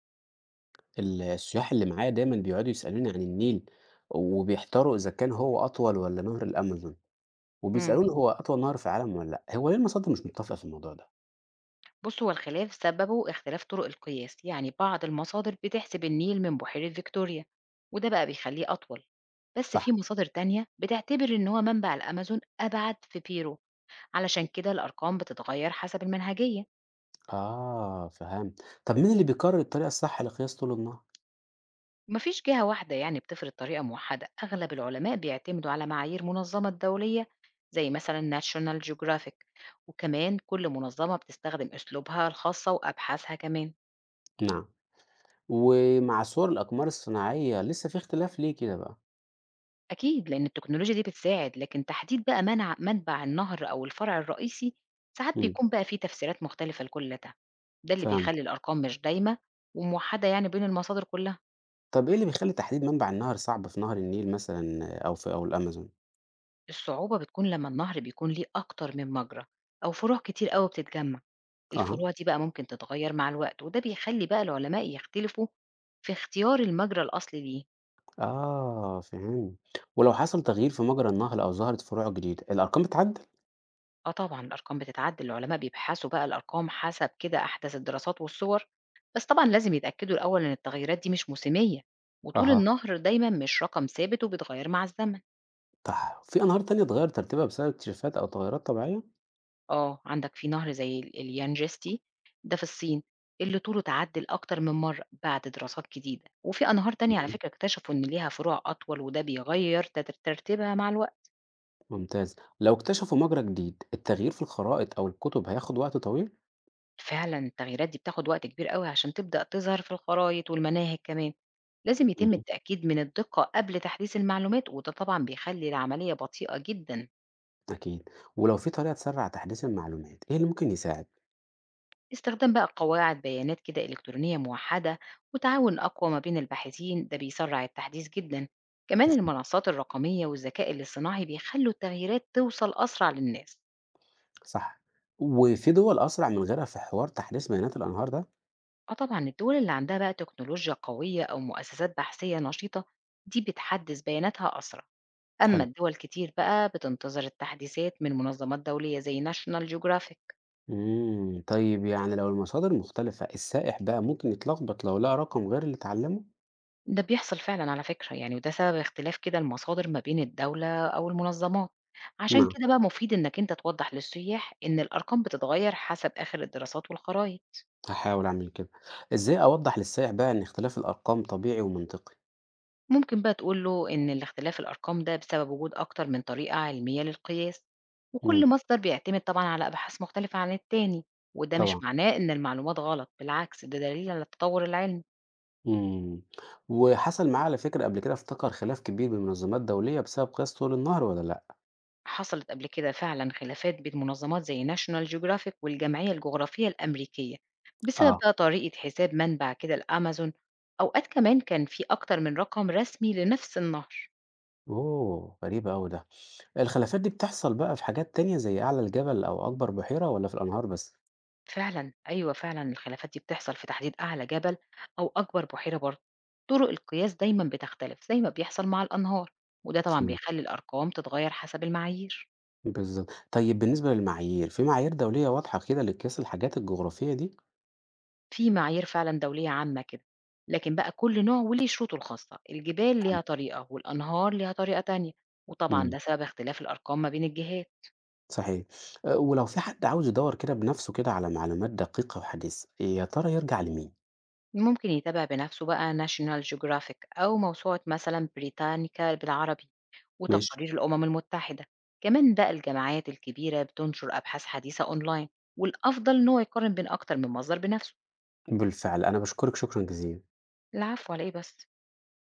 السياح اللي معايا دايمًا بيقعدوا يسألوني عن النيل، وبيحتاروا إذا كان هو أطول والّا نهر الأمازون، إمم. وبيسألوني هو أطول نهر في العالم والّا لأ، هو ليه المصادر مش متّفقة في الموضوع ده؟ بُص، هو الخلاف سببه اختلاف طُرق القياس، يعني بعض المصادر بتحسب النيل من بحيرة فيكتوريا، وده بقى بيخلّيه أطول، بس في صح، مصادر تانية بتعتبر إن هو منبع الأمازون أبعد في بيرو، علشان كده الأرقام بتتغيّر حسب المنهجية، آه فهمت، طب مين اللي بيقرر الطريقة الصح لقياس طول النهر؟ ما فيش جهة واحدة يعني بتفرض طريقة موحدة، أغلب العلماء بيعتمدوا على معايير منظمة دولية زي مثلًا National Geographic، وكمان كل منظمة بتستخدم أسلوبها الخاصة وأبحاثها كمان. نعم، ومع صور الأقمار الصناعية لسه في اختلاف ليه كده بقى؟ أكيد لأن التكنولوجيا دي بتساعد لكن تحديد بقى منع منبع النهر أو الفرع الرئيسي ساعات إمم، بيكون بقى فيه تفسيرات مختلفة لكل ده. ده اللي فهمت، بيخلي الأرقام مش دايمة وموحدة يعني بين المصادر كلها. طب إيه اللي بيخلّي تحديد منبع النهر صعب في نهر النيل مثلًا أو الأمازون؟ الصعوبة بتكون لما النهر بيكون ليه أكتر من مجرى أو فروع كتير قوي بتتجمع. أها، الفروع دي بقى ممكن تتغير مع الوقت وده بيخلي بقى العلماء يختلفوا في اختيار المجرى الأصلي ليه. آه فهمت، ولو حصل تغيير في مجرى النهر أو ظهرت فروع جديدة، الأرقام بتتعدل؟ آه طبعًا الأرقام بتتعدّل، العلماء بيبحثوا بقى الأرقام حسب كده أحدث الدراسات والصور، بس طبعًا لازم يتأكدوا الأول إن التغيرات دي مش موسمية، وطول أها. النهر دايمًا مش رقم ثابت وبيتغير مع الزمن. صح. في أنهار تانية اتغيّر ترتيبها بسبب اكتشافات أو تغيرات طبيعية؟ آه، عندك في نهر زي اليانجستي ده في الصين اللي طوله اتعدّل أكتر من مرّة بعد دراسات جديدة، وفي أنهار تانية على اهم. فكرة اكتشفوا إن ليها فروع أطول وده بيغير ترتيبها مع الوقت. ممتاز. لو اكتشفوا مجرى جديد، التغيير في الخرائط أو الكتب هياخد وقت طويل؟ فعلًا التغييرات دي بتاخد وقت كبير أوي عشان تبدأ تظهر في الخرايط والمناهج كمان، لازم يتم اهم. التأكيد من الدقة قبل تحديث المعلومات وده طبعًا بيخلّي العملية بطيئة جدًا. أكيد. ولو في طريقة تسرّع تحديث المعلومات، إيه اللي ممكن يساعد؟ استخدام بقى قواعد بيانات كده إلكترونية موحدة وتعاون أقوى ما بين الباحثين ده بيسرّع التحديث جدًا، كمان أكيد. المنصات الرقمية والذكاء الاصطناعي بيخلّوا التغييرات توصل أسرع للناس. صح. وفي دول أسرع من غيرها في حوار تحديث بيانات الأنهار ده؟ آه طبعًا الدول اللي عندها بقى تكنولوجيا قوية أو مؤسسات بحثية نشيطة دي بتحدّث بياناتها أسرع. أما حلو. الدول كتير بقى بتنتظر التحديثات من منظمات دولية زي ناشونال جيوغرافيك. إمم. طيب يعني لو المصادر مختلفة، السائح بقى ممكن يتلخبط لو لقى رقم غير اللي اتعلّمه؟ ده بيحصل فعلا على فكرة يعني وده سبب اختلاف كده المصادر ما بين الدولة أو المنظمات، عشان نعم، كده بقى مفيد إنك أنت توضح للسياح إن الأرقام بتتغير حسب آخر الدراسات والخرائط. هاحاول أعمل كده. إزاي أوضّح للسائح بقى إن اختلاف الأرقام طبيعي ومنطقي؟ ممكن بقى تقول له إن الاختلاف الأرقام ده بسبب وجود أكتر من طريقة علمية للقياس، وكل إمم. مصدر بيعتمد طبعا على أبحاث مختلفة عن التاني، وده طبعًا، مش معناه إن المعلومات غلط، بالعكس ده دليل على التطور العلمي. إمم، وحصل معاه على فكرة قبل كده افتكر خلاف كبير بين منظمات دولية بسبب قياس طول النهر والّا لأ؟ حصلت قبل كده فعلا خلافات بين منظمات زي ناشونال جيوغرافيك والجمعية الجغرافية الأمريكية بسبب آه. بقى طريقة حساب منبع كده الأمازون. أوقات كمان كان في أكتر من رقم رسمي لنفس النهر. أوه! غريب أوي ده، الخلافات دي بتحصل بقى في حاجات تانية زي أعلى الجبل أو أكبر بحيرة والّا في الأنهار بس؟ فعلا أيوة فعلا الخلافات دي بتحصل في تحديد أعلى جبل أو أكبر بحيرة برضه، طرق القياس دايما بتختلف زي ما بيحصل مع الأنهار، وده طبعا فهمت، بيخلي الأرقام تتغير حسب المعايير. بالضبط، طيب بالنسبة للمعايير، في معايير دولية واضحة كده لقياس الحاجات الجغرافية دي؟ في معايير فعلًا دولية عامة كده، لكن بقى كل نوع وليه شروطه الخاصة، الجبال حلو، ليها طريقة والأنهار ليها طريقة تانية، وطبعًا إمم، ده سبب اختلاف الأرقام ما بين الجهات. صحيح، ولو في حد عاوز يدوّر كده بنفسه كده على معلومات دقيقة وحديثة، يا ترى يرجع لمين؟ ممكن يتابع بنفسه بقى National Geographic أو موسوعة مثلًا بريتانيكا بالعربي ماشي، وتقارير الأمم المتحدة، كمان بقى الجامعات الكبيرة بتنشر أبحاث حديثة أونلاين، والأفضل إن هو يقارن بين أكتر من مصدر بنفسه. بالفعل، أنا باشكرِك شكرًا جزيلًا. العفو على إيه بس.